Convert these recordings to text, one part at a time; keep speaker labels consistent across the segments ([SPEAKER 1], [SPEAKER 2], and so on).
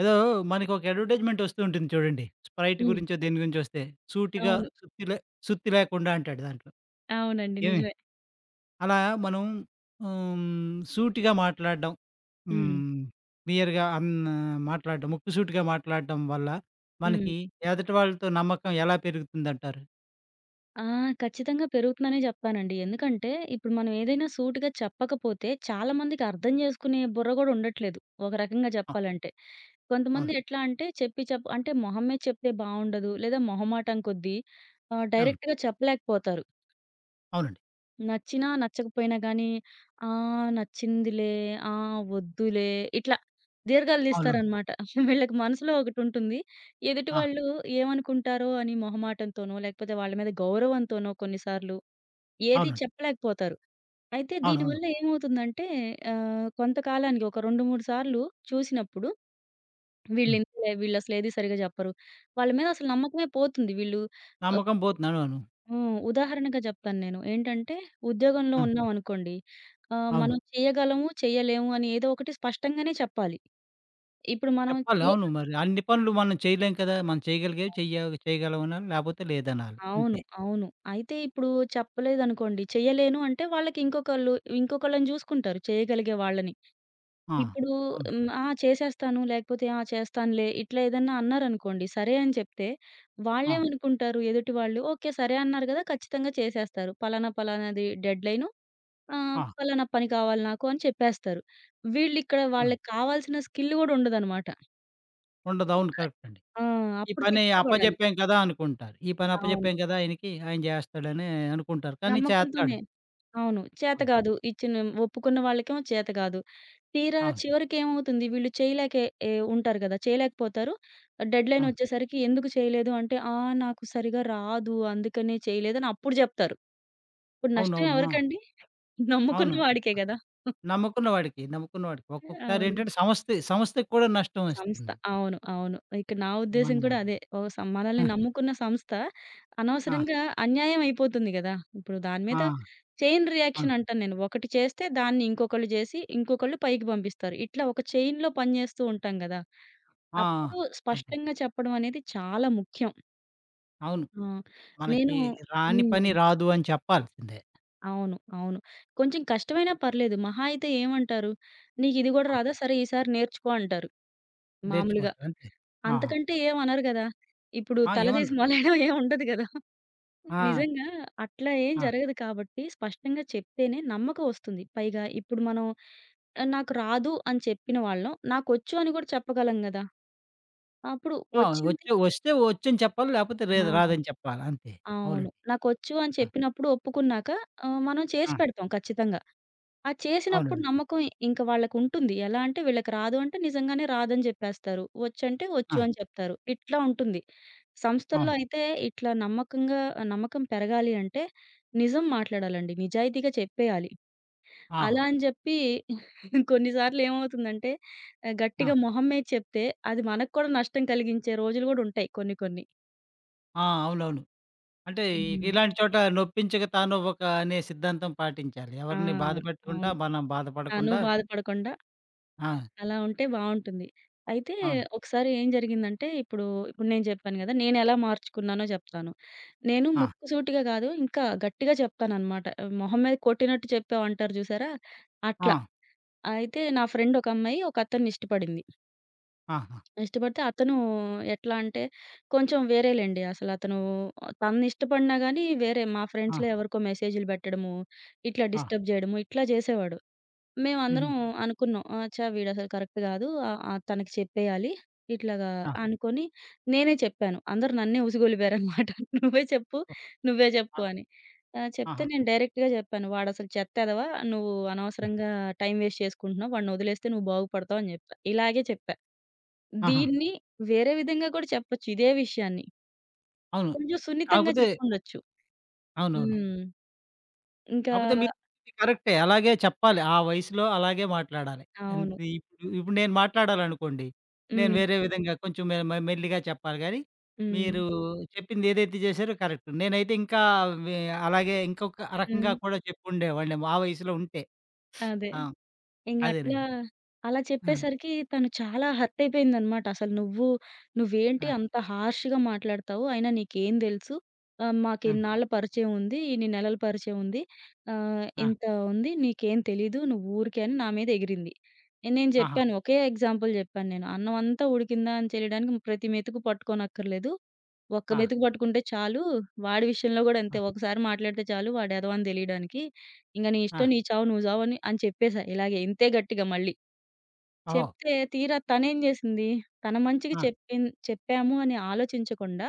[SPEAKER 1] ఏదో మనకొక అడ్వర్టైజ్‌మెంట్ వస్తూ ఉంటుంది చూడండి. స్ప్రైట్
[SPEAKER 2] హ్మ్.
[SPEAKER 1] గురించో దేని గురించో వస్తే, సూటిగా
[SPEAKER 2] అవును.
[SPEAKER 1] సుత్తి లే సుత్తి లేకుండా అంటాడు దాంట్లో.
[SPEAKER 2] అవునండి.
[SPEAKER 1] ఏమి
[SPEAKER 2] నిజమే.
[SPEAKER 1] అలా మనం హ్మ్, సూటిగా మాట్లాడడం,
[SPEAKER 2] హ్మ్.
[SPEAKER 1] హ్మ్, క్లియర్‌గా అన్ మాట్లాడడం, ముక్కుసూటిగా మాట్లాడడం వల్ల
[SPEAKER 2] హ్మ్.
[SPEAKER 1] మనకి ఎదుటి వాళ్ళతో నమ్మకం ఎలా పెరుగుతుందంటారు?
[SPEAKER 2] ఆ! ఖచ్చితంగా పెరుగుతుందనే జెప్తానండి. ఎందుకంటే, ఇప్పుడు మనం ఏదైనా సూటిగా చెప్పకపోతే చాలా మందికి అర్థం జేసుకునే బుర్ర గూడా ఉండట్లేదు. ఒక రకంగా
[SPEAKER 1] ఆ!
[SPEAKER 2] జెప్పాలంటే. కొంతమంది
[SPEAKER 1] అవును.
[SPEAKER 2] ఎట్లా అంటే చెప్పి చెప్ప అంటే మొహం మీద చెప్తే బావుండదు. లేదా మొహమాటం కొద్దీ
[SPEAKER 1] అవును.
[SPEAKER 2] డైరెక్ట్‌గా చెప్పలేకపోతారు.
[SPEAKER 1] అవునండి.
[SPEAKER 2] నచ్చినా, నచ్చకపోయినా గానీ, "ఆ! నచ్చిందిలే. ఆ! వద్దులే." ఇట్లా దీర్ఘాలు
[SPEAKER 1] అవునవును.
[SPEAKER 2] దీస్తారనమాట. వీళ్ళకి మనసులో ఒకటుంటుంది. ఎదుటి
[SPEAKER 1] ఆ!
[SPEAKER 2] వాళ్ళు ఏమనుకుంటారో అని మొహమాటంతోనో, లేకపోతే వాళ్ళ మీద గౌరవంతోనో కొన్నిసార్లు ఏది
[SPEAKER 1] అవునండి.
[SPEAKER 2] చెప్పలేకపోతారు. అయితే
[SPEAKER 1] అవునవును.
[SPEAKER 2] దీనివల్ల ఏమవుతుందంటే కొంతకాలానికి ఒక 2, 3 సార్లు చూసినప్పుడు
[SPEAKER 1] హ్మ్.
[SPEAKER 2] వీళ్ళింతలే, వీళ్ళసలేది సరిగ్గా జెప్పరు. వాళ్ళ మీద అసలు నమ్మకమే పోతుంది. వీళ్ళు
[SPEAKER 1] నమ్మకం పోతుంది. అవునవును.
[SPEAKER 2] హ్మ్. ఉదాహరణగా జెప్తాను నేను. ఏంటంటే, ఉద్యోగంలో
[SPEAKER 1] ఆ!
[SPEAKER 2] ఉన్నామనుకోండి,
[SPEAKER 1] అవును.
[SPEAKER 2] మనం చేయగలము, చేయలేము అని ఏదో ఒకటి స్పష్టంగానే చెప్పాలి. ఇప్పుడు మనం
[SPEAKER 1] చెప్పాలి.
[SPEAKER 2] చేయ
[SPEAKER 1] అవును. మరి అన్ని పనులు మనం చేయలేం కదా! మనం చేయగలిగేవి చేయగలమనాలి. లేపోతే లేదనాలి.
[SPEAKER 2] అవును.
[SPEAKER 1] అంతే.
[SPEAKER 2] అవును. అయితే ఇప్పుడు చెప్పలేదనుకోండి, చెయ్యలేను అంటే వాళ్ళకి ఇంకొకళ్ళు ఇంకొకళ్ళని జూసుకుంటారు చేయగలిగే వాళ్ళని.
[SPEAKER 1] ఆ!
[SPEAKER 2] ఇప్పుడు
[SPEAKER 1] అవును.
[SPEAKER 2] హ్మ్. ఆ! చేసేస్తాను లేకపోతే ఆ! చేస్తానులే ఇట్లా ఏదన్నా అన్నారనుకోండి, సరే అని చెప్తే
[SPEAKER 1] ఆ!
[SPEAKER 2] వాళ్ళేమనుకుంటారు ఎదుటి వాళ్ళు, ఓకే. సరే అన్నారు గదా! ఖచ్చితంగా చేసేస్తారు. పలానా పలానాది డెడ్‌లైను ఆ!
[SPEAKER 1] ఆ!
[SPEAKER 2] పలానా పని కావాలి నాకు అని చెప్పేస్తారు. వీళ్ళిక్కడ
[SPEAKER 1] అవును.
[SPEAKER 2] వాళ్ళకి కావాల్సిన స్కిల్ గూడా ఉండదనమాట.
[SPEAKER 1] ఉండదు. అవును. కరెక్ట్ అండి.
[SPEAKER 2] ఆ!
[SPEAKER 1] ఈ
[SPEAKER 2] అప్పుడు
[SPEAKER 1] పని
[SPEAKER 2] తిప్పలు పడాలి.
[SPEAKER 1] అప్పజెప్పాం కదా! అనుకుంటారు. ఈ పని
[SPEAKER 2] అవును.
[SPEAKER 1] అప్పజెప్పాం కదా! ఆయనకి ఆయన జేస్తాడని అనుకుంటారు. కానీ చేతకాడు.
[SPEAKER 2] నమ్మకంతోనే. అవును. చేత
[SPEAKER 1] అవును.
[SPEAKER 2] గాదు. ఇచ్చిన ఒప్పుకున్న వాళ్ళకేమో చేత గాదు. తీరా
[SPEAKER 1] అవును.
[SPEAKER 2] చివరికేమవుతుంది వీళ్ళు చేయలేకే ఏ ఉంటారు గదా! చేయలేకపోతారు. డెడ్‌లైన్
[SPEAKER 1] అవును.
[SPEAKER 2] ఒచ్చేసరికి ఎందుకు చేయలేదు అంటే, "ఆ! నాకు సరిగా రాదు. అందుకనే చేయలేదు" అని అప్పుడు జెప్తారు. ఇప్పుడు నష్టం
[SPEAKER 1] అవునవును. ఆ!
[SPEAKER 2] ఎవరికండి? నమ్ముకున్న
[SPEAKER 1] అవును.
[SPEAKER 2] వాడికే గదా!
[SPEAKER 1] నమ్ముకున్న వాడికి, నమ్ముకున్న వాడికి.
[SPEAKER 2] అవును.
[SPEAKER 1] ఒక్కొక్కసారేంటంటే సంస్థ సంస్థకి కూడా నష్టం
[SPEAKER 2] సంస్థ.
[SPEAKER 1] వస్తుంది.
[SPEAKER 2] అవును. అవును. ఇక నా ఉద్దేశ్యం
[SPEAKER 1] మనం
[SPEAKER 2] కూడా అదే. ఓ సం మనల్ని
[SPEAKER 1] ఆ!
[SPEAKER 2] నమ్ముకున్న సంస్థ
[SPEAKER 1] ఆ!
[SPEAKER 2] అనవసరంగా అన్యాయం అయిపోతుంది గదా! ఇప్పుడు దాని
[SPEAKER 1] ఆ!
[SPEAKER 2] మీద చైన్ రియాక్షన్
[SPEAKER 1] అవును.
[SPEAKER 2] అంటాను నేను. ఒకటి చేస్తే దాన్ని ఇంకొకళ్ళు జేసి, ఇంకొకళ్ళు పైకి పంపిస్తారు. ఇట్లా ఒక చైన్‌లో పని జేస్తూ ఉంటాం గదా!
[SPEAKER 1] ఆ! ఆ!
[SPEAKER 2] అప్పుడు
[SPEAKER 1] అంతే.
[SPEAKER 2] స్పష్టంగా చెప్పడం అనేది చాలా ముఖ్యం.
[SPEAKER 1] అవును.
[SPEAKER 2] ఆ! నేను
[SPEAKER 1] మనకి రాని పని
[SPEAKER 2] హ్మ్.
[SPEAKER 1] రాదు అని చెప్పాల్సిందే.
[SPEAKER 2] అవును. అవును. కొంచెం కష్టమైనా పర్లేదు. మహా అయితే ఏమంటారు? "నీకిది గూడా
[SPEAKER 1] ఆ!
[SPEAKER 2] రాదా? సరే ఈసారి నేర్చుకో" అంటారు మామూలుగా.
[SPEAKER 1] నేర్చుకోవచ్చు అంతే. ఆహా!
[SPEAKER 2] అంతకంటే ఏమనరు గదా! ఇప్పుడు
[SPEAKER 1] ఆ!
[SPEAKER 2] తలదీసి
[SPEAKER 1] ఏమనరు.
[SPEAKER 2] మొలేయడం ఏం ఉండదు గదా!
[SPEAKER 1] ఆ!
[SPEAKER 2] నిజంగా అట్లా ఏం
[SPEAKER 1] ఆ!
[SPEAKER 2] జరగదు కాబట్టి స్పష్టంగా చెప్తేనే నమ్మకం ఒస్తుంది. పైగా ఇప్పుడు మనం నాకు రాదు అని చెప్పిన వాళ్ళం, నాకొచ్చు అని గూడా చెప్పగలం గదా! అప్పుడు
[SPEAKER 1] ఆ!
[SPEAKER 2] వచ్చింది
[SPEAKER 1] వచ్చి వస్తే వచ్చని చెప్పాలి. లేకపోతే
[SPEAKER 2] ఆ!
[SPEAKER 1] లేదు రాదని చెప్పాలి అంతే.
[SPEAKER 2] అవును.
[SPEAKER 1] అవునండి.
[SPEAKER 2] నాకొచ్చు అని
[SPEAKER 1] ఆ!
[SPEAKER 2] చెప్పినప్పుడు ఒప్పుకున్నాక మనం చేసి
[SPEAKER 1] ఆ!
[SPEAKER 2] పెడతాం ఖచ్చితంగా. ఆ! చేసినప్పుడు
[SPEAKER 1] అవునండి.
[SPEAKER 2] నమ్మకం ఇంక వాళ్ళకుంటుంది. ఎలా అంటే వీళ్ళకి రాదు అంటే నిజంగానే రాదని జెప్పేస్తారు. వచ్చంటే వచ్చు
[SPEAKER 1] ఆ!
[SPEAKER 2] అని చెప్తారు. ఇట్లా ఉంటుంది. సంస్థల్లో
[SPEAKER 1] అవును.
[SPEAKER 2] అయితే ఇట్లా నమ్మకంగా నమ్మకం పెరగాలి అంటే నిజం మాట్లాడాలండి. నిజాయితీగా చెప్పేయాలి.
[SPEAKER 1] ఆ!
[SPEAKER 2] అలా అని జెప్పి కొన్ని సార్లు ఏమవుతుందంటే
[SPEAKER 1] ఆ!
[SPEAKER 2] గట్టిగా మొహం మీద చెప్తే అది మనకు కూడా నష్టం కలిగించే రోజులు గూడా ఉంటాయి కొన్ని కొన్ని.
[SPEAKER 1] ఆ! అవునవును. అంటే
[SPEAKER 2] హ్మ్.
[SPEAKER 1] ఇలాంటి చోట నొప్పించక తానొవ్వక అనే సిద్ధాంతం పాటించాలి.
[SPEAKER 2] ఆ!
[SPEAKER 1] ఎవరిని బాధ పెట్టకుండా
[SPEAKER 2] అవును.
[SPEAKER 1] మనం
[SPEAKER 2] తను
[SPEAKER 1] బాధపడకుండా
[SPEAKER 2] బాధపడకుండా
[SPEAKER 1] ఆ!
[SPEAKER 2] అలా ఉంటే బావుంటుంది. అయితే
[SPEAKER 1] అవును.
[SPEAKER 2] ఒకసారి ఏం జరిగిందంటే ఇప్పుడు నేను జెప్పాను గదా! నేనెలా మార్చుకున్నానో జెప్తాను. నేను
[SPEAKER 1] ఆ!
[SPEAKER 2] ముక్కుసూటిగా గాదు ఇంకా గట్టిగా చెప్తాననమాట. మొహం మీద కొట్టినట్టు చెప్పావంటారు జూసారా?
[SPEAKER 1] ఆ!
[SPEAKER 2] అట్లా. అయితే నా ఫ్రెండ్ ఒక అమ్మాయి ఒక అతన్ని ఇష్టపడింది.
[SPEAKER 1] ఆహా!
[SPEAKER 2] ఇష్టపడితే అతను ఎట్లా అంటే కొంచెం వేరేలెండి. అసలతను తననిష్టపడినా గానీ వేరే మా
[SPEAKER 1] ఆ!
[SPEAKER 2] ఫ్రెండ్స్‌లో ఎవరికో మెసేజ్‌లు బెట్టడము, ఇట్లా
[SPEAKER 1] ఆ!
[SPEAKER 2] డిస్టర్బ్ జేయడము ఇట్లా జేసేవాడు.
[SPEAKER 1] హుహు.
[SPEAKER 2] మేమందరం అనుకున్నాం. ఆ! ఛా! వీడసలు కరెక్ట్ గాదు. ఆహ్, ఆహ్, తనకి చెప్పేయాలి. ఇట్లాగా
[SPEAKER 1] ఆ!
[SPEAKER 2] అనుకోని నేనే చెప్పాను. అందరూ నన్నే ఉసిగొలిపారనమాట. "నువ్వే చెప్పు, నువ్వే చెప్పు" అని. చెప్తే
[SPEAKER 1] ఆహా!
[SPEAKER 2] నేను డైరెక్ట్‌గా చెప్పాను. "వాడసలు చెత్త ఎదవ. నువ్వు
[SPEAKER 1] హ్మ్.
[SPEAKER 2] అనవసరంగా టైం వేస్ట్ చేసుకుంటున్నావు. వాడినొదిలేస్తే నువ్వు బాగుపడతావు" అని చెప్పా. ఇలాగే చెప్పా.
[SPEAKER 1] ఆహా!
[SPEAKER 2] దీన్ని వేరే విధంగా కూడా చెప్పొచ్చు ఇదే విషయాన్ని.
[SPEAKER 1] అవును.
[SPEAKER 2] కొంచెం సున్నితంగా
[SPEAKER 1] కాకపోతే
[SPEAKER 2] చెప్పుండొచ్చు.
[SPEAKER 1] అవునవును.
[SPEAKER 2] హ్మ్. ఇంకా
[SPEAKER 1] కాకపోతే మీరు చెప్పింది కరెక్టే. అలాగే చెప్పాలి. ఆ వయసులో అలాగే మాట్లాడాలి. ఎంత
[SPEAKER 2] అవును.
[SPEAKER 1] ఇప్పుడు ఇప్పుడు నేను మాట్లాడాలనుకోండి. నేను
[SPEAKER 2] హ్మ్.
[SPEAKER 1] వేరే విధంగా కొంచెం మె మె మెల్లిగా చెప్పాలి గానీ,
[SPEAKER 2] హ్మ్.
[SPEAKER 1] మీరు చెప్పింది ఏదైతే చేశారో కరెక్ట్. నేనైతే ఇంకా వె అలాగే ఇంకొక రకంగా
[SPEAKER 2] హ్మ్.
[SPEAKER 1] కూడా చెప్పుండేవాడినేమో ఆ వయసులో ఉంటే.
[SPEAKER 2] అదే.
[SPEAKER 1] ఆ!
[SPEAKER 2] ఇంగట్లా,
[SPEAKER 1] అదేనండి.
[SPEAKER 2] అలా
[SPEAKER 1] ఆ!
[SPEAKER 2] చెప్పేసరికి తను చాలా హర్ట్ అయిపోయిందనమాట. అసలు నువ్వేంటి
[SPEAKER 1] ఆ!
[SPEAKER 2] అంత హార్ష్‌గా మాట్లాడతావు? అయినా నీకేం తెలుసు?
[SPEAKER 1] ఆ!
[SPEAKER 2] మాకిన్నాళ్ళ పరిచయం ఉంది. ఇన్ని నెలల పరిచయం ఉంది.
[SPEAKER 1] ఆ!
[SPEAKER 2] ఇంత ఉంది. నీకేం తెలీదు. నువ్వు ఊరికే" అని నా మీద ఎగిరింది. నేను
[SPEAKER 1] ఆహా!
[SPEAKER 2] చెప్పాను. ఒకే ఎగ్జాంపుల్ చెప్పాను నేను. "అన్నం అంతా ఉడికిందా అని తెలియడానికి ప్రతి మెతుకు పట్టుకోనక్కర్లేదు. ఒక్క
[SPEAKER 1] ఆ!
[SPEAKER 2] వెతుకు పట్టుకుంటే చాలు. వాడి విషయంలో గూడా
[SPEAKER 1] ఆ!
[SPEAKER 2] అంతే. ఒకసారి మాట్లాడితే చాలు వాడు ఎదవ అని దెలియడానికి. ఇంగ నీ
[SPEAKER 1] ఆ!
[SPEAKER 2] ఇష్టం నీ చావు నువ్వు చావని అని అని చెప్పేసా ఇలాగే ఇంతే గట్టిగా మళ్ళీ.
[SPEAKER 1] ఓహో!
[SPEAKER 2] చెప్తే తీరా తనేం జేసింది, తన మంచికి
[SPEAKER 1] ఆ!
[SPEAKER 2] చెప్పాము అని ఆలోచించకుండా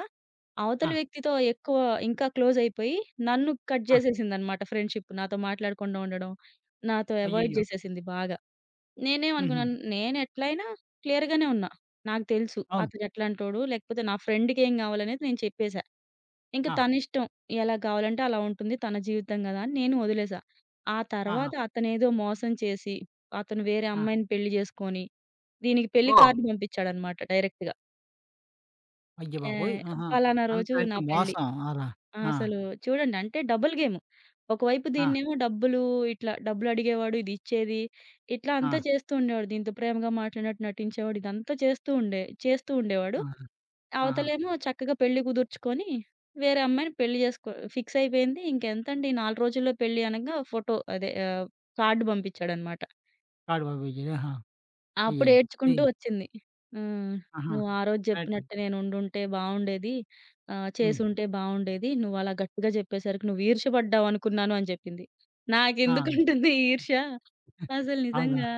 [SPEAKER 2] అవతల
[SPEAKER 1] ఆ!
[SPEAKER 2] వ్యక్తితో ఎక్కువ ఇంకా క్లోజ్ అయిపోయి నన్ను కట్
[SPEAKER 1] ఆ!
[SPEAKER 2] జేసేసిందనమాట ఫ్రెండ్‌షిప్. నాతో మాట్లాడకుండా ఉండడం, నాతో అవాయిడ్
[SPEAKER 1] అయ్యయ్యో!
[SPEAKER 2] జేసేసింది బాగా.
[SPEAKER 1] హుహు.
[SPEAKER 2] నేనేమనుకున్నాను నేనెట్లైనా క్లియర్‌గానే ఉన్నా. నాకు తెలుసు
[SPEAKER 1] అవును.
[SPEAKER 2] అతను ఎట్లాంటోడు లేకపోతే నా ఫ్రెండ్‌కేం గావాలనేది నేను చెప్పేసా. ఇంక
[SPEAKER 1] ఆ!
[SPEAKER 2] తనిష్టం. ఎలా కావాలంటే అలా ఉంటుంది. తన జీవితం గదా! అని నేను వదిలేసా. ఆ
[SPEAKER 1] ఆహా!
[SPEAKER 2] తర్వాత అతనేదో మోసం చేసి, అతను వేరే
[SPEAKER 1] ఆ!
[SPEAKER 2] అమ్మాయిని పెళ్లి జేసుకొని, దీనికి పెళ్లి
[SPEAKER 1] ఓహ్!
[SPEAKER 2] కార్డ్ పంపించాడన్నమాట డైరెక్ట్‌గా.
[SPEAKER 1] అయ్యబాబోయ్!
[SPEAKER 2] ఆహ్,
[SPEAKER 1] ఆహా!
[SPEAKER 2] పలానా
[SPEAKER 1] అంత
[SPEAKER 2] రోజు నా
[SPEAKER 1] అంటే
[SPEAKER 2] పెళ్లి.
[SPEAKER 1] మోసం. అలా.
[SPEAKER 2] ఆ!
[SPEAKER 1] ఆ!
[SPEAKER 2] అసలు చూడండి అంటే డబుల్ గేమ్. ఒకవైపు
[SPEAKER 1] ఆ!
[SPEAKER 2] దీన్నేమో డబ్బులు ఇట్లా డబ్బులడిగేవాడు, ఇది ఇచ్చేది, ఇట్లా
[SPEAKER 1] ఆ!
[SPEAKER 2] అంతా చేస్తూ ఉండేవాడు. దీంతో ప్రేమగా మాట్లాడినట్టు నటించేవాడు. ఇదంతా చేస్తూ ఉండేవాడు.
[SPEAKER 1] ఆ! ఆహా!
[SPEAKER 2] అవతలేమో చక్కగా పెళ్లి కుదుర్చుకొని, వేరే అమ్మాయిని పెళ్లి జేసుకో ఫిక్స్ అయిపోయింది. ఇంకెంతండి 4 రోజుల్లో పెళ్లి అనంగా ఫోటో అదే కార్డ్ పంపించాడన్నమాట.
[SPEAKER 1] కాడుబాబు విజయ్. ఆహా!
[SPEAKER 2] అప్పుడు
[SPEAKER 1] అయ్యయ్యో! అది
[SPEAKER 2] ఏడ్చుకుంటూ వచ్చింది. హ్మ్.
[SPEAKER 1] ఆహా!
[SPEAKER 2] "నువ్వు ఆ రోజు
[SPEAKER 1] 30.
[SPEAKER 2] జెప్పినట్టు నేను ఉండుంటే బావుండేది.
[SPEAKER 1] హ్మ్.
[SPEAKER 2] చేసుంటే బావుండేది. నువ్వు అలా గట్టిగా జెప్పేసరికి నువ్వు ఈర్ష్య పడ్డావనుకున్నాను" అని జెప్పింది.
[SPEAKER 1] ఆ!
[SPEAKER 2] నాకెందుకుంటుంది ఈర్ష్య? అసలు
[SPEAKER 1] అవునా!
[SPEAKER 2] నిజంగా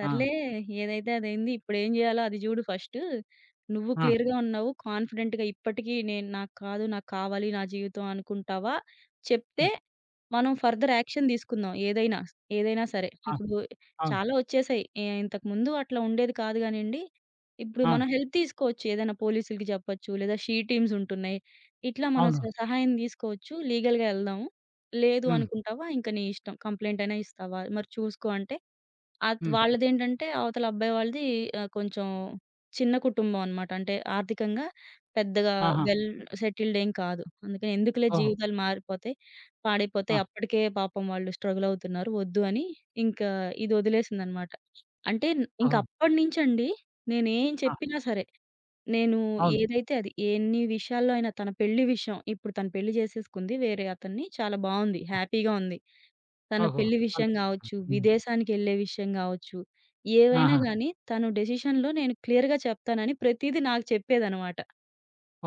[SPEAKER 1] ఆ!
[SPEAKER 2] ఏదైతే అదైంది. ఇప్పుడేం జేయాలో అది జూడు ఫస్టు. నువ్వు
[SPEAKER 1] ఆ!
[SPEAKER 2] క్లియర్‌గా ఉన్నావు. కాన్ఫిడెంట్‌గా ఇప్పటికి నేను నాకు కాదు, నాకు కావాలి నా జీవితం అనుకుంటావా? చెప్తే
[SPEAKER 1] హ్మ్.
[SPEAKER 2] మనం ఫర్దర్ యాక్షన్ తీసుకుందాం ఏదైనా. ఏదైనా సరే.
[SPEAKER 1] ఆ!
[SPEAKER 2] ఇప్పుడు
[SPEAKER 1] అవును.
[SPEAKER 2] చాలా వచ్చేసాయి. ఏ ఇంతకుముందు అట్లా ఉండేది కాదు గానండి. ఇప్పుడు
[SPEAKER 1] ఆ!
[SPEAKER 2] మనం హెల్ప్ తీసుకోవచ్చు. ఏదైనా పోలీసులకి చెప్పొచ్చు. లేదా షీ టీమ్స్ ఉంటున్నాయి. ఇట్లా మనం
[SPEAKER 1] అవును.
[SPEAKER 2] సహాయం తీసుకోవచ్చు. లీగల్‌గా ఎళ్దాము. లేదు
[SPEAKER 1] హ్మ్.
[SPEAKER 2] అనుకుంటావా? ఇంక నీ ఇష్టం. కంప్లెయింట్ అయినా ఇస్తావా? మరి చూసుకో అంటే
[SPEAKER 1] హ్మ్.
[SPEAKER 2] వాళ్ళదేంటంటే అవతల అబ్బాయి వాళ్ళది కొంచెం చిన్న కుటుంబం అనమాట. అంటే ఆర్థికంగా పెద్దగా
[SPEAKER 1] ఆహా!
[SPEAKER 2] వెల్ సెటిల్డ్ ఏం కాదు. అందుకని ఎందుకులే
[SPEAKER 1] ఓహో!
[SPEAKER 2] జీవితాలు మారిపోతాయి,
[SPEAKER 1] ఆ!
[SPEAKER 2] పాడైపోతాయి. అప్పటికే పాపం వాళ్ళు స్ట్రగుల్ అవుతున్నారు. వద్దు అని ఇంకా ఇది వదిలేసిందనమాట. అంటే ఇంక
[SPEAKER 1] ఓహో!
[SPEAKER 2] అప్పటినుంచండి నేనేం
[SPEAKER 1] ఆ!
[SPEAKER 2] చెప్పినా సరే, నేను
[SPEAKER 1] అవును.
[SPEAKER 2] ఏదైతే అది ఎన్ని విషయాల్లో అయినా తన పెళ్లి విషయం ఇప్పుడు తను పెళ్లి చేసేసుకుంది వేరే అతన్ని. చాలా బావుంది.
[SPEAKER 1] ఆ!
[SPEAKER 2] హ్యాపీగా ఉంది. తన
[SPEAKER 1] ఓహో!
[SPEAKER 2] పెళ్లి విషయం
[SPEAKER 1] సంతోషం.
[SPEAKER 2] గావచ్చు,
[SPEAKER 1] హ్మ్.
[SPEAKER 2] విదేశానికెళ్ళే విషయం గావచ్చు, ఏవైనా
[SPEAKER 1] ఆహా!
[SPEAKER 2] గానీ తను డెసిషన్‌లో నేను క్లియర్‌గా చెప్తానని ప్రతీదీ నాకు చెప్పేదనమాట.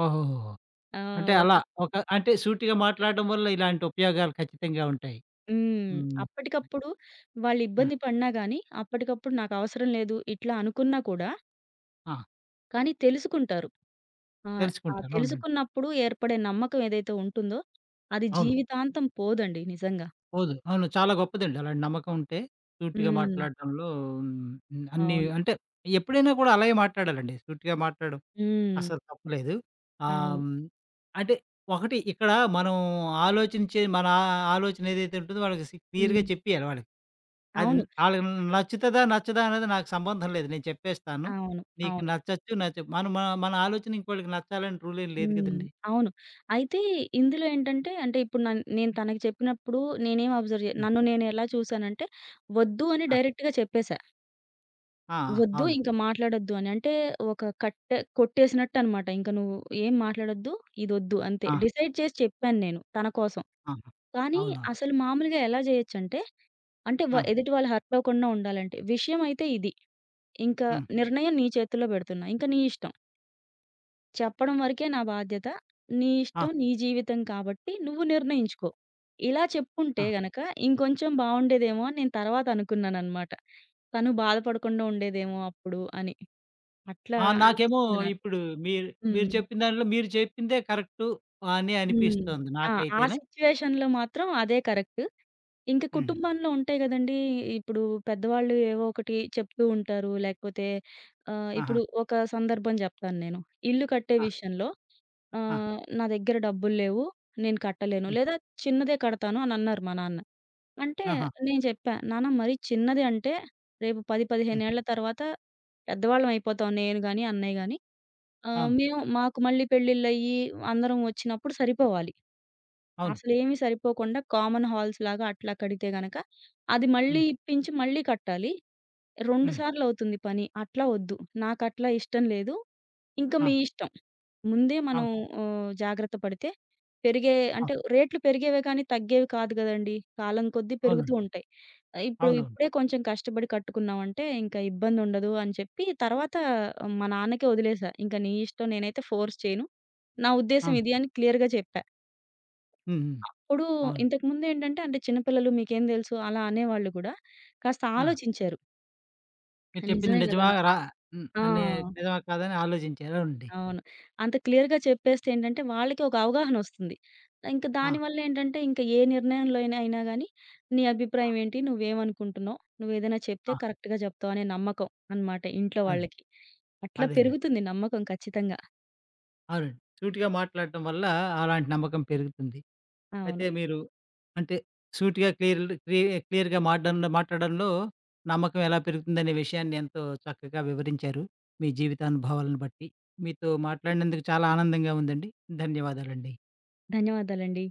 [SPEAKER 1] ఓహోహోహో!
[SPEAKER 2] ఆహ్,
[SPEAKER 1] అంటే
[SPEAKER 2] ఒక
[SPEAKER 1] అలా ఒక అంటే సూటిగా మాట్లాడడం వల్ల ఇలాంటి ఉపయోగాలు ఖచ్చితంగా ఉంటాయి.
[SPEAKER 2] హ్మ్.
[SPEAKER 1] హ్మ్.
[SPEAKER 2] అప్పటికప్పుడు వాళ్ళు
[SPEAKER 1] ఆ!
[SPEAKER 2] ఇబ్బంది పడినా గానీ, అప్పటికప్పుడు నాకవసరం లేదు ఇట్లా అనుకున్నా కూడా,
[SPEAKER 1] ఆ!
[SPEAKER 2] కానీ తెలుసుకుంటారు. ఆహ్, ఆ
[SPEAKER 1] తెలుసుకుంటారు. అవునండి.
[SPEAKER 2] తెలుసుకున్నప్పుడు ఏర్పడే నమ్మకం ఏదైతే ఉంటుందో, అది
[SPEAKER 1] అవును.
[SPEAKER 2] జీవితాంతం పోదండి నిజంగా.
[SPEAKER 1] పోదు. అవును. చాలా గొప్పదండి. అలాంటి నమ్మకం ఉంటే సూటిగా
[SPEAKER 2] హ్మ్.
[SPEAKER 1] మాట్లాడడంలో హ్మ్. అన్నీ
[SPEAKER 2] అవును.
[SPEAKER 1] అంటే ఎప్పుడైనా కూడా అలాగే మాట్లాడాలండి. సూటిగా మాట్లాడడం
[SPEAKER 2] హ్మ్.
[SPEAKER 1] అసలు తప్పులేదు.
[SPEAKER 2] అవును.
[SPEAKER 1] హ్మ్. అంటే ఒకటి ఇక్కడ మనం ఆలోచించే మన ఆలోచన ఏదైతే ఉంటుందో వాళ్ళకి క్లియర్‌గా
[SPEAKER 2] హ్మ్.
[SPEAKER 1] చెప్పియాలి వాళ్ళకి. అది
[SPEAKER 2] అవును.
[SPEAKER 1] ఆళ్ళకి నచ్చుతదా? నచ్చదా? అనేది నాకు సంబంధం లేదు. నేను చెప్పేస్తాను.
[SPEAKER 2] అవును.
[SPEAKER 1] నీకు
[SPEAKER 2] అవును.
[SPEAKER 1] నచ్చొచ్చు మన మన మన ఆలోచన ఇంకోళ్ళకి నచ్చాలని రూల్ ఏం లేదు
[SPEAKER 2] హ్మ్.
[SPEAKER 1] కదండీ!
[SPEAKER 2] అవును. అయితే ఇందులో ఏంటంటే, అంటే ఇప్పుడు నేను తనకి చెప్పినప్పుడు నేనేం అబ్జర్వ్ జే నన్ను నేను ఎలా చూసానంటే, వద్దు అని
[SPEAKER 1] ఆ! ఆ!
[SPEAKER 2] డైరెక్ట్‌గా చెప్పేసా.
[SPEAKER 1] ఆ!
[SPEAKER 2] వద్దు
[SPEAKER 1] అవును.
[SPEAKER 2] ఇంక మాట్లాడొద్దు అని. అంటే ఒక కట్టె కొట్టేసినట్టనమాట. ఇంక నువ్వు ఏం మాట్లాడొద్దు, ఇదొద్దు అంతే.
[SPEAKER 1] ఆ!
[SPEAKER 2] డిసైడ్ చేసి చెప్పాను నేను తన కోసం.
[SPEAKER 1] ఆహా!
[SPEAKER 2] కానీ
[SPEAKER 1] అవునవును.
[SPEAKER 2] అసలు మామూలుగా ఎలా జేయొచ్చంటే, అంటే
[SPEAKER 1] ఆ!
[SPEAKER 2] ఎదుటి వాళ్ళు హర్ట్ అవ్వకుండా ఉండాలంటే, విషయం అయితే ఇది. ఇంక
[SPEAKER 1] హ్మ్.
[SPEAKER 2] నిర్ణయం నీ చేతుల్లో బెడుతున్నా. ఇంక నీ ఇష్టం. చెప్పడం వరకే నా బాధ్యత. నీ
[SPEAKER 1] ఆ!
[SPEAKER 2] ఇష్టం, నీ జీవితం కాబట్టి నువ్వు నిర్ణయించుకో. ఇలా
[SPEAKER 1] ఆ!
[SPEAKER 2] చెప్పుంటే గనక ఇంకొంచెం బావుండేదేమో అని నేను తర్వాత అనుకున్నాననమాట. తను బాధపడకుండా ఉండేదేమో అప్పుడు అని. అట్లా
[SPEAKER 1] ఆ! నాకేమో
[SPEAKER 2] అనిపిస్తుంది నాకు.
[SPEAKER 1] ఇప్పుడు మీరు మీరు
[SPEAKER 2] హ్మ్.
[SPEAKER 1] చెప్పిన దానిలో మీరు చెప్పిందే కరెక్టు అని
[SPEAKER 2] హ్మ్.
[SPEAKER 1] అనిపిస్తోంది
[SPEAKER 2] ఆ! ఆ
[SPEAKER 1] నాకైతేను.
[SPEAKER 2] సిట్యుయేషన్‌లో మాత్రం అదే కరెక్ట్. ఇంక
[SPEAKER 1] హ్మ్.
[SPEAKER 2] కుటుంబంలో ఉంటాయి గదండీ! ఇప్పుడు పెద్దవాళ్ళు ఏవో ఒకటి చెప్తూ ఉంటారు. లేకపోతే
[SPEAKER 1] ఆహా!
[SPEAKER 2] ఇప్పుడు ఒక సందర్భం జెప్తాను నేను. ఇల్లు కట్టే
[SPEAKER 1] ఆ!
[SPEAKER 2] విషయంలో
[SPEAKER 1] ఆ!
[SPEAKER 2] నా దగ్గర డబ్బులు లేవు. నేను కట్టలేను.
[SPEAKER 1] హ్మ్.
[SPEAKER 2] లేదా చిన్నదే కడతాను అని అన్నారు మా నాన్న. అంటే
[SPEAKER 1] ఆహా!
[SPEAKER 2] నేను చెప్పా, "నాన్న మరీ చిన్నది అంటే రేపు 10, 15
[SPEAKER 1] హ్మ్.
[SPEAKER 2] ఏళ్ల తర్వాత పెద్దవాళ్ళం అయిపోతాం నేను గాని, అన్నయ్య గాని.
[SPEAKER 1] అవును.
[SPEAKER 2] మేము మాకు మళ్ళీ పెళ్ళిళ్ళయ్యి అందరం వచ్చినప్పుడు సరిపోవాలి.
[SPEAKER 1] అవును.
[SPEAKER 2] అసలేమీ సరిపోకుండా కామన్ హాల్స్ లాగా అట్లా కడితే గనక అది మళ్ళీ
[SPEAKER 1] హ్మ్.
[SPEAKER 2] ఇప్పించి మళ్ళీ కట్టాలి. 2
[SPEAKER 1] హ్మ్.
[SPEAKER 2] సార్లు అవుతుంది పని. అట్లా వద్దు. నాకట్లా ఇష్టం లేదు. ఇంక
[SPEAKER 1] ఆ!
[SPEAKER 2] మీ ఇష్టం." ముందే మనం
[SPEAKER 1] అవును.
[SPEAKER 2] జాగ్రత్త పడితే పెరిగే అంటే
[SPEAKER 1] అవును.
[SPEAKER 2] రేట్లు పెరిగేవే కానీ తగ్గేవి కాదు గదండీ. కాలం కొద్దీ పెరుగుతూ
[SPEAKER 1] అవునండి.
[SPEAKER 2] ఉంటాయి. ఆహ్, ఇప్పుడు
[SPEAKER 1] అవునవును.
[SPEAKER 2] ఇప్పుడే కొంచెం కష్టపడి కట్టుకున్నామంటే ఇంకా ఇబ్బందుండదు అని చెప్పి తర్వాత ఆ, మా నాన్నకే వదిలేసా. ఇంక నీ ఇష్టం నేనైతే ఫోర్స్ చేయను. నా ఉద్దేశ్యం
[SPEAKER 1] అవును.
[SPEAKER 2] ఇది అని క్లియర్‌గా చెప్పా.
[SPEAKER 1] హ్మ్. హ్మ్.
[SPEAKER 2] అప్పుడు
[SPEAKER 1] అవును.
[SPEAKER 2] ఇంతకుముందేంటంటే అంటే చిన్నపిల్లలు మీకేం దెలుసు అలా అనేవాళ్ళు గూడా కాస్త
[SPEAKER 1] ఆ!
[SPEAKER 2] ఆలోచించారు.
[SPEAKER 1] మీరు చెప్పింది
[SPEAKER 2] నిజమే గదా!
[SPEAKER 1] నిజమా రా హ్మ్.
[SPEAKER 2] ఆ!
[SPEAKER 1] అనే నిజమా కాదా అని ఆలోచించారు. అవునండి.
[SPEAKER 2] అవును. అంత క్లియర్‌గా చెప్పేస్తే ఏంటంటే, వాళ్ళకి ఒక అవగాహనొస్తుంది. ఇంక
[SPEAKER 1] ఆ!
[SPEAKER 2] దానివల్ల ఏంటంటే, ఇంక ఏ నిర్ణయంలో అయినా అయినా గానీ, నీ
[SPEAKER 1] ఆ!
[SPEAKER 2] అభిప్రాయం ఏంటి? నువ్వేమనుకుంటున్నావు? నువ్వేదైనా చెప్తే
[SPEAKER 1] ఆ!
[SPEAKER 2] కరెక్ట్‌గా జెప్తావు అనే నమ్మకం అనమాట ఇంట్లో
[SPEAKER 1] అదే.
[SPEAKER 2] వాళ్ళకి. అట్లా
[SPEAKER 1] అదేనండి.
[SPEAKER 2] పెరుగుతుంది నమ్మకం ఖచ్చితంగా.
[SPEAKER 1] అవునండి. సూటిగా మాట్లాడటం వల్ల అలాంటి నమ్మకం పెరుగుతుంది.
[SPEAKER 2] అవును.
[SPEAKER 1] అయితే మీరు అంటే సూటిగా క్లియర్‌గా మాట్లాడంలో నమ్మకం ఎలా పెరుగుతుందనే విషయాన్ని ఎంతో చక్కగా వివరించారు. మీ జీవితానుభవాలను బట్టి. మీతో మాట్లాడినందుకు చాలా ఆనందంగా ఉందండి. ధన్యవాదాలండి.
[SPEAKER 2] ధన్యవాదాలండి.